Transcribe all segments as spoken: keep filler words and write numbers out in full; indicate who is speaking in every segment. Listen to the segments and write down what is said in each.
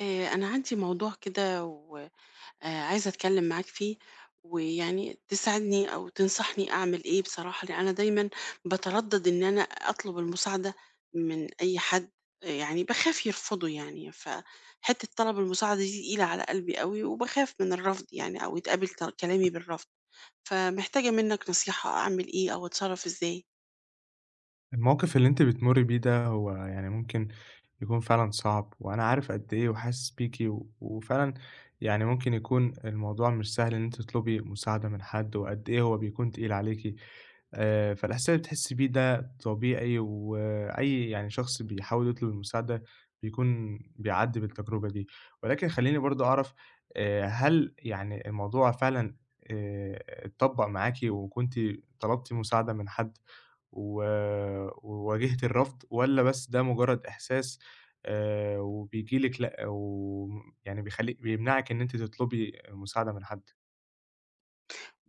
Speaker 1: آه، أنا عندي موضوع كده وعايزة أتكلم معاك فيه ويعني تساعدني أو تنصحني أعمل إيه بصراحة. لأن أنا دايما بتردد إن أنا أطلب المساعدة من أي حد. آه، يعني بخاف يرفضه يعني، فحتة طلب المساعدة دي تقيلة على قلبي قوي، وبخاف من الرفض يعني أو يتقابل كلامي بالرفض. فمحتاجة منك نصيحة أعمل إيه أو أتصرف إزاي.
Speaker 2: الموقف اللي أنتِ بتمُرّي بيه ده هو يعني ممكن يكون فعلًا صعب، وأنا عارف قد إيه وحاسس بيكِ، و وفعلًا يعني ممكن يكون الموضوع مش سهل إن أنتِ تطلبي مساعدة من حد، وقد إيه هو بيكون تقيل عليكِ. آآ، فالإحساس اللي بتحسي بيه ده طبيعي، وأي يعني شخص بيحاول يطلب المساعدة بيكون بيعدّي بالتجربة دي، ولكن خلّيني برضه أعرف آآ، هل يعني الموضوع فعلًا آآ، اتطبّق معاكِ وكنتِ طلبتِ مساعدة من حد؟ و وواجهتِ الرفض، والّا بس ده مجرد إحساس آآ وبييجي لِك لأ ويعني بيخلّيك بيمنعِك إن أنتِ تطلبي مساعدة من حد؟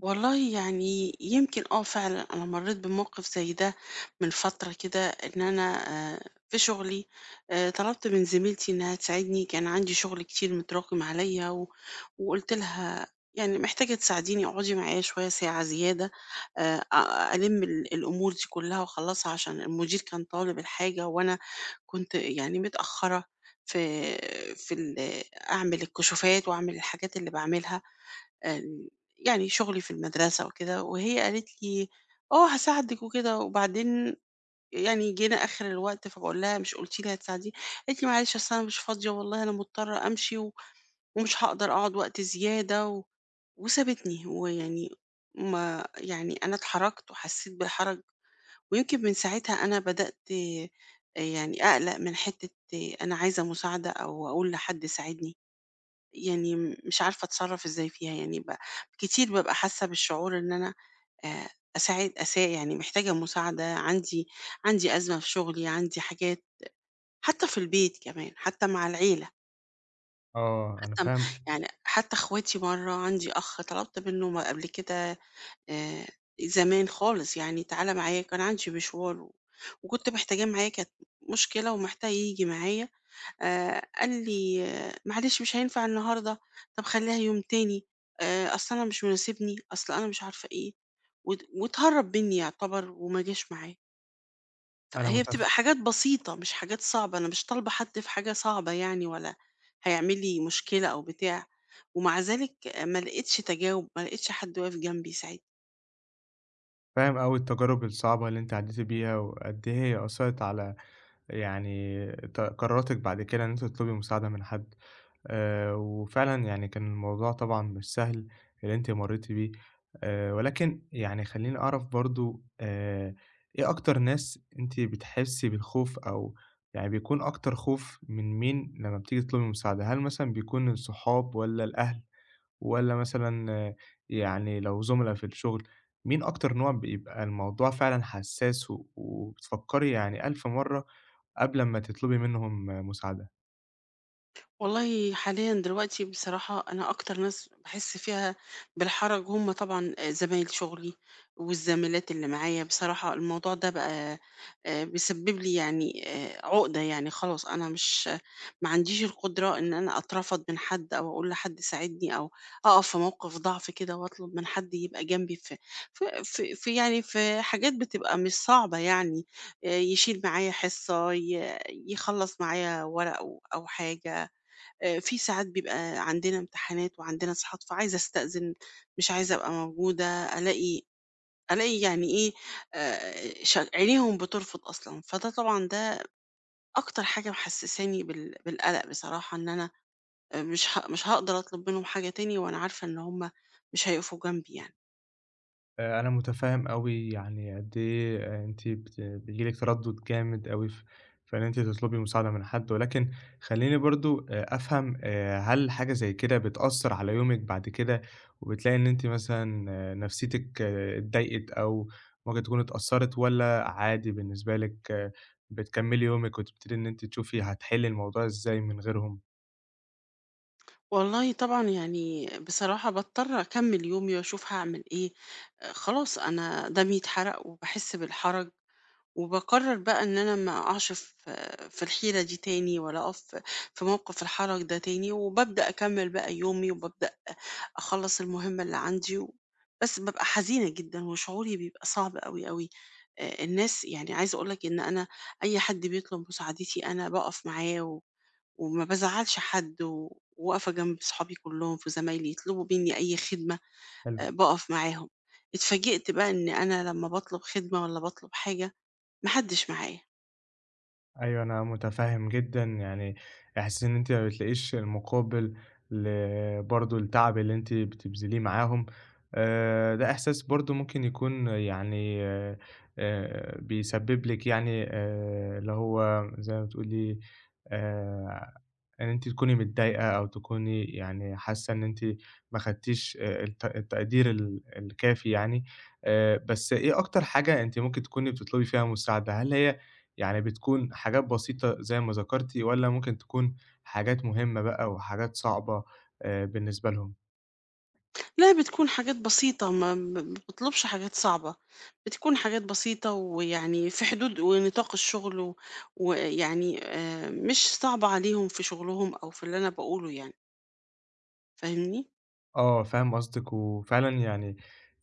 Speaker 1: والله يعني يمكن آه فعلًا أنا مرّيت بموقف زي ده من فترة كده. إن أنا آآ في شغلي آآ طلبت من زميلتي إنها تساعدني، كان عندي شغل كتير متراكم عليَّ، و وقُلت لها يعني محتاجة تساعديني، اقعدي معايا شوية ساعة زيادة، آآ أ ألِم ال الأمور دي كلها واخلّصها عشان المدير كان طالب الحاجة، وأنا كنت يعني متأخرة في في ال أعمل الكشوفات وأعمل الحاجات اللي باعملها. آآ يعني شُغلي في المدرسة وكده. وهي قالت لي: "آه هاساعدِك وكده." وبعدين يعني جينا آخر الوقت فباقول لها: "مش قُلتِ لي هتساعديني؟" قالت لي: "معلش أصل أنا مش فاضية، والله أنا مضطرة أمشي و ومش هاقدر أقعد وقت زيادة." و وسابتني، ويعني ما يعني أنا اتحرجت وحسيت بحرج. ويمكن من ساعتها أنا بدأت آآ يعني أقلق من حتّة أنا عايزة مساعدة أو أقول لحد ساعدني. يعني م مش عارفة أتصرّف إزاي فيها. يعني ب كتير بابقى حاسة بالشعور إن أنا آآ أساعد أسا يعني محتاجة مساعدة، عندي عندي أزمة في شغلي، عندي حاجات، حتى في البيت كمان، حتى مع العيلة،
Speaker 2: آه، أنا
Speaker 1: حتى م
Speaker 2: فاهم.
Speaker 1: يعني حتى أخواتي، مرّة عندي أخ طلبت منّه م قبل كده آآ زمان خالص، يعني تعالَ معايا، كان عندي مشوار و وكنت محتاجاه معايا، كانت مشكلة ومحتاج ييجي معايا. آآ قال لي: آه، "معلش مش هينفع النهارده، طب خلّيها يوم تاني، آآ أصل أنا مش مناسبني، أصل أنا مش عارفة إيه." وات واتهرّب منّي يعتبر وما جاش معاه.
Speaker 2: أنا
Speaker 1: فهي
Speaker 2: متف
Speaker 1: بتبقى حاجات بسيطة مش حاجات صعبة، أنا مش طالبة حد في حاجة صعبة يعني، ولا هيعمل لي مشكلة أو بتاع. ومع ذلك ما لقيتش تجاوب، ما لقيتش حد واقف جنبي ساعتها.
Speaker 2: فاهم أوي التجارب الصعبة اللي أنتِ عدّيتِ بيها، وقد إيه هي أثّرت على يعني ت قراراتِك بعد كده إن أنتِ تطلبي مساعدة من حد. آآ، وفعلًا يعني كان الموضوع طبعًا مش سهل اللي أنتِ مرّيتِ بيه، آآ، ولكن يعني خلّيني أعرف برضه آآ، إيه أكتر ناس أنتِ بتحسّي بالخوف أو يعني بيكون أكتر خوف من مين لمّا بتيجي تطلبي مساعدة؟ هل مثلًا بيكون الصحاب والّا الأهل والّا مثلًا آه، يعني لو زُملا في الشغل، مين أكتر نوع بيبقى الموضوع فعلًا حسّاس و وبتفكّري يعني ألف مرّة قبل أمّا تطلبي منهم آه، مساعدة؟
Speaker 1: والله حاليًا دلوقتي بصراحة أنا أكتر ناس باحس فيها بالحرج هم طبعًا آه، زمايل شغلي والزميلات اللي معايا. بصراحة الموضوع ده بقى آآ بيسبب لي يعني آآ عقدة، يعني خلاص أنا مش ما عنديش القدرة إن أنا أترفض من حد أو أقول لحد ساعدني، أو أقف في موقف ضعف كده وأطلب من حد يبقى جنبي في في في في يعني في حاجات بتبقى مش صعبة يعني، آآ يشيل معايا حصة، ي يخلّص معايا ورق أو أو حاجة. آآ في ساعات بيبقى عندنا امتحانات وعندنا إسقاط، فعايزة أستأذن، مش عايزة أبقى موجودة، ألاقي ألاقي يعني إيه، آآ ش عينيهم بترفض أصلًا. فده طبعًا ده أكتر حاجة محسّساني بال بالقلق بصراحة، إن أنا آآ مش ه مش هاقدر أطلب منهم حاجة تاني، وأنا عارفة إن هم مش هيقفوا جنبي يعني.
Speaker 2: آآ، أنا متفهم أوي يعني قد إيه آه، أنتِ بت بييجي لِك تردُّد جامد أوي في في إن أنتِ تطلبي مساعدة من حد، ولكن خلّيني برضه آآ، أفهم آآ، هل حاجة زي كده بتأثّر على يومِك بعد كده، وبتلاقي إن أنتِ مثلًا آه، نفسيتِك آه، اتضايقت أو ممكن تكون اتأثّرت، والّا عادي بالنسبة لِك آه، بتكمّلي يومِك وتبتدي إن أنتِ تشوفي هتحلّي الموضوع إزاي من غيرهم؟
Speaker 1: والله طبعًا يعني بصراحة باضطر أكمّل يومي وأشوف هاعمل إيه. آآ خلاص أنا دمي اتحرق وباحس بالحرج. وباقرر بقى إن أنا ما أقعش في في الحيرة دي تاني، ولا أقف في في موقف الحرج ده تاني. وبابدأ أكمل بقى يومي، وبابدأ أخلص المهمة اللي عندي. و بس بابقى حزينة جدًا، وشعوري بيبقى صعب أوي، أوي. آآ الناس يعني عايزة أقول لك إن أنا أي حد بيطلب مساعدتي أنا باقف معاه، و وما بازعّلش حد، و واقفة جنب صحابي كلهم وزمايلي يطلبوا مني أي خدمة
Speaker 2: حلو.
Speaker 1: آآ باقف معاهم. اتفاجئت بقى إن أنا لمّا باطلب خدمة والّا باطلب حاجة، ما حدش معايا.
Speaker 2: أيوه، أنا متفهّم جدًا، يعني إحساس إن أنتِ ما بتلاقيش المقابل ل برضه التعب اللي أنتِ بتبذليه معاهم. آآ، ده إحساس برضه ممكن يكون يعني آآ، بيسبب لِك يعني آآ، اللي هو زي ما بتقولي آآ إن أنتِ تكوني متضايقة أو تكوني يعني حاسة إن أنتِ ما خدتيش آآ الت التقدير ال الكافي يعني. آآ بس إيه أكتر حاجة أنتِ ممكن تكوني بتطلبي فيها مساعدة؟ هل هي يعني بتكون حاجات بسيطة زي ما ذكرتِ والّا ممكن تكون حاجات مهمة بقى وحاجات صعبة آآ بالنسبة لهم؟
Speaker 1: لا، بتكون حاجات بسيطة، ما ما باطلبش حاجات صعبة، بتكون حاجات بسيطة ويعني في حدود ونطاق الشغل، و ويعني آآ مش صعبة عليهم في شغلهم أو في اللي أنا باقوله يعني، فاهمني؟
Speaker 2: آه، فاهم قصدِك، وفعلًا يعني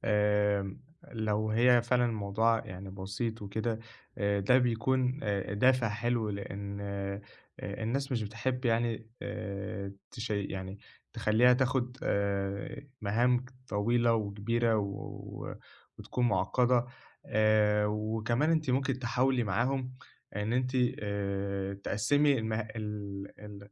Speaker 2: آمم، لو هي فعلًا الموضوع يعني بسيط وكده. آآ، ده بيكون آآ، دافع حلو، لإن آآ، الناس مش بتحب يعني آآ، تش يعني تخلّيها تاخد آآ، مهام طويلة وكبيرة و و- وتكون معقّدة. آآ، وكمان أنتِ ممكن تحاولي معاهم إن أنتِ آآ، تقسّمي المه ال ال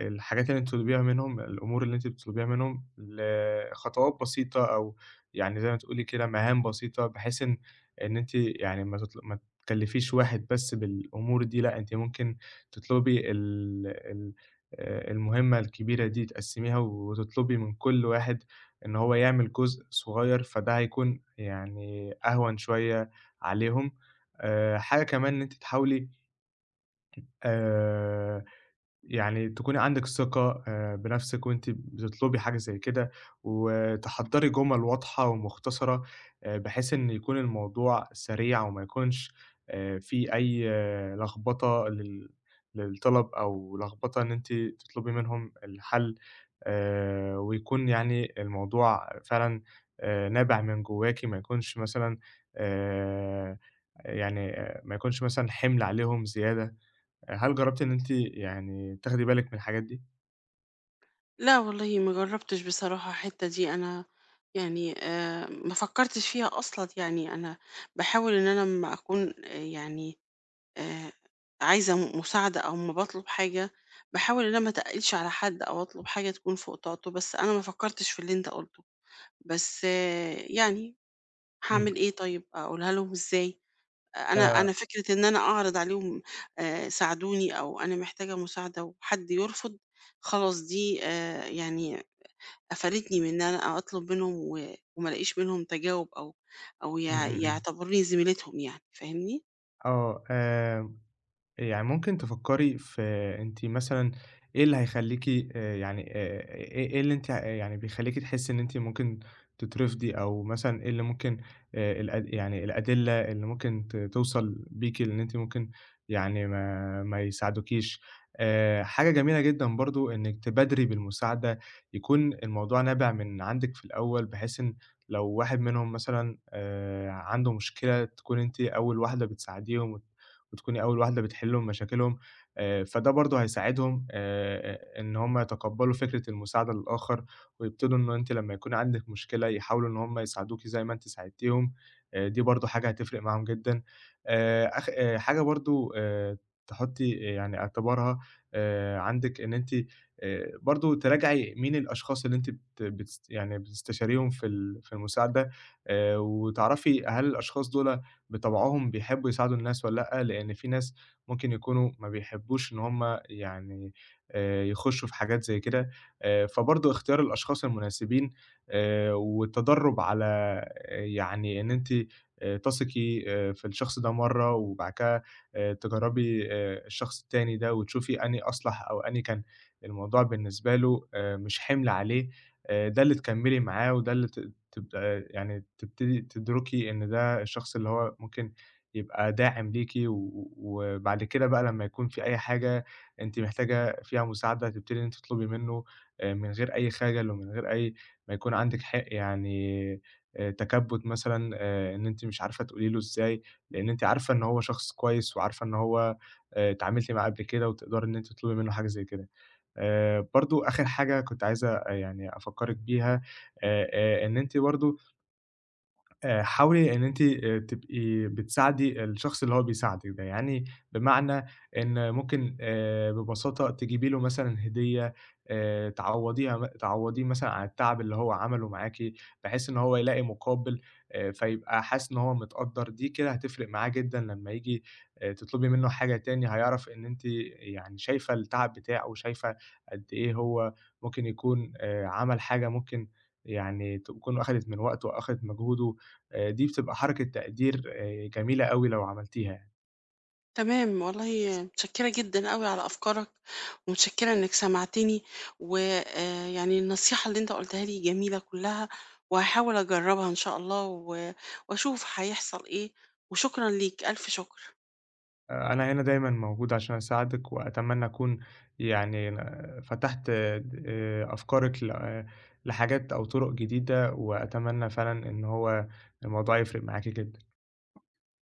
Speaker 2: الحاجات اللي أنتِ بتطلبيها منهم، الأمور اللي أنتِ بتطلبيها منهم لخطوات بسيطة أو يعني زي ما تقولي كده مهام بسيطة، بحيث إن إن أنتِ يعني ما تطل ما تكلّفيش واحد بس بالأمور دي، لأ أنتِ ممكن تطلبي ال ال آآ المهمة الكبيرة دي تقسّميها وتطلبي من كل واحد إن هو يعمل جزء صغير، فده هيكون يعني أهون شوية عليهم. آآ حاجة كمان إن أنتِ تحاولي آآ يعني تكوني عندِك ثقة آآ بنَفْسِك وأنتِ بتطلبي حاجة زي كده، وتحضّري جُمَل واضحة ومختصرة آآ بحيث إن يكون الموضوع سريع وما يكونش آآ في أي آه، لخبطة لل للطلب أو لخبطة إن أنتِ تطلبي منهم الحل آآ ويكون يعني الموضوع فعلًا آآ نابع من جوّاكِ ما يكونش مثلًا آآ يعني آه، ما يكونش مثلًا حِمل عليهم زيادة. هل جرّبتِ إن أنتِ يعني تاخدي بالِك من الحاجات دي؟
Speaker 1: لا والله ما جرّبتش بصراحة الحتّة دي. أنا يعني آآ ما فكّرتش فيها أصلًا. يعني أنا باحاول إن أنا أمّا أكون آه، يعني آآ عايزة م مساعدة أو أمّا باطلب حاجة، باحاول إن أنا ما أتقِّلش على حد أو أطلب حاجة تكون فوق طاقته. بس أنا ما فكّرتش في اللي أنت قُلته. بس آه، يعني
Speaker 2: إمم.
Speaker 1: هاعمل إيه طيب، أقولها لهم إزاي؟ آه، أنا
Speaker 2: آآ
Speaker 1: أنا فكرة إن أنا أعرض عليهم آآ ساعدوني أو أنا محتاجة مساعدة وحد يرفض، خلاص دي آآ يعني قفلتني من إن أنا أطلب منهم و وما ألاقيش منهم تجاوب، أو أو
Speaker 2: إمم،
Speaker 1: يع
Speaker 2: إمم، إمم.
Speaker 1: يعتبروني زميلتهم يعني، فاهمني؟
Speaker 2: آه. آآ يعني ممكن تفكّري في أنتِ مثلًا إيه اللي هيخلّيكِ آآ يعني آآ إيه إيه اللي أنتِ يعني بيخلّيكِ تحسّي إن أنتِ ممكن تترفضي أو مثلًا إيه اللي ممكن آآ الأد يعني الأدلة اللي ممكن ت توصل بيكِ لإن أنتِ ممكن يعني ما ما يساعدوكيش. آآ حاجة جميلة جدًا برضه إنِّك تبادري بالمساعدة، يكون الموضوع نابع من عندِك في الأول بحيث إن لو واحد منهم مثلًا آآ عنده مشكلة تكوني أنتِ أول واحدة بتساعديهم وت وتكوني أول واحدة بتحلّي لهم مشاكلهم. آآ فده برضه هيساعدهم آآ إن هم يتقبّلوا فكرة المساعدة للآخر، ويبتدوا إن أنتِ لمّا يكون عندِك مشكلة يحاولوا إن هم يساعدوكِ زي ما أنتِ ساعدتيهم. آآ دي برضه حاجة هتفرق معاهم جدًا. آآ أخ آآ حاجة برضه آآ تحُطّي يعني اعتبارها آآ عندِك إن أنتِ آآ برضه تراجعي مين الأشخاص اللي أنتِ بت بتست يعني بتستشيريهم في ال في المساعدة. آآ وتعرفي هل الأشخاص دُولَ بطبعهم بيحبوا يساعدوا الناس والّا لأ، لإن في ناس ممكن يكونوا ما بيحبوش إن هم يعني آآ يخشوا في حاجات زي كده. آآ فبرضه اختيار الأشخاص المناسبين آآ والتدرُّب على آآ يعني إن أنتِ آآ تثقي آآ في الشخص ده مرّة وبعد كده آآ تجرّبي آآ الشخص التاني ده وتشوفي أنهي أصلح أو أنهي كان الموضوع بالنسبة له آآ مش حِمل عليه. آآ ده اللي تكمّلي معاه وده اللي ت تبقى يعني تبتدي تدركي إن ده ده الشخص اللي هو ممكن يبقى داعم ليكِ، و و- وبعد كده بقى لمّا يكون في أي حاجة أنتِ محتاجة فيها مساعدة، هتبتدي إن أنتِ تطلبي منه آآ، من غير أي خجل ومن غير أي ما يكون عندِك حق يعني آآ، تكبُّت مثلًا آآ، إن أنتِ مش عارفة تقولي له إزاي، لإن أنتِ عارفة إن هو شخص كويس وعارفة إن هو آآ، اتعاملتِ معاه قبل كده وتقدري إن أنتِ تطلبي منه حاجة زي كده. آآ، برضه آخر حاجة كنت عايز يعني أفكّرِك بيها آآ، آآ، إن أنتِ برضه آآ حاولي إن أنتِ آآ تبقي بتساعدي الشخص اللي هو بيساعدِك ده، يعني بمعنى إن ممكن آآ ببساطة تجيبي له مثلًا هدية آآ تعوّضيها م تعوّضيه مثلًا عن التعب اللي هو عمله معاكِ، بحيث إن هو يلاقي مقابل آآ فيبقى حاسس إن هو متقدّر، دي كده هتفرق معاه جدًا لمّا ييجي آآ تطلبي منه حاجة تاني، هيعرف إن أنتِ يعني شايفة التعب بتاعه وشايفة قد إيه هو ممكن يكون آآ عمل حاجة ممكن يعني تكون أخدِت من وقته وأخدِت مجهوده. آآ دي بتبقى حركة تقدير آآ جميلة أوي لو عملتيها يعني.
Speaker 1: تمام، والله متشكرة جدًا أوي على أفكارك، ومتشكرة إنك سمعتني، ويعني النصيحة اللي أنت قُلتها لي جميلة كلها، وهاحاول أجربها إن شاء الله و وأشوف هيحصل إيه. وشكرًا ليك، ألف شكر.
Speaker 2: آآ أنا هنا دايمًا موجود عشان أساعدِك، وأتمنى أكون يعني ن فتحت د آآ أفكارِك ل آه، لحاجات أو طُرق جديدة، وأتمنى فعلًا إن هو الموضوع يفرق معاكِ جدًا.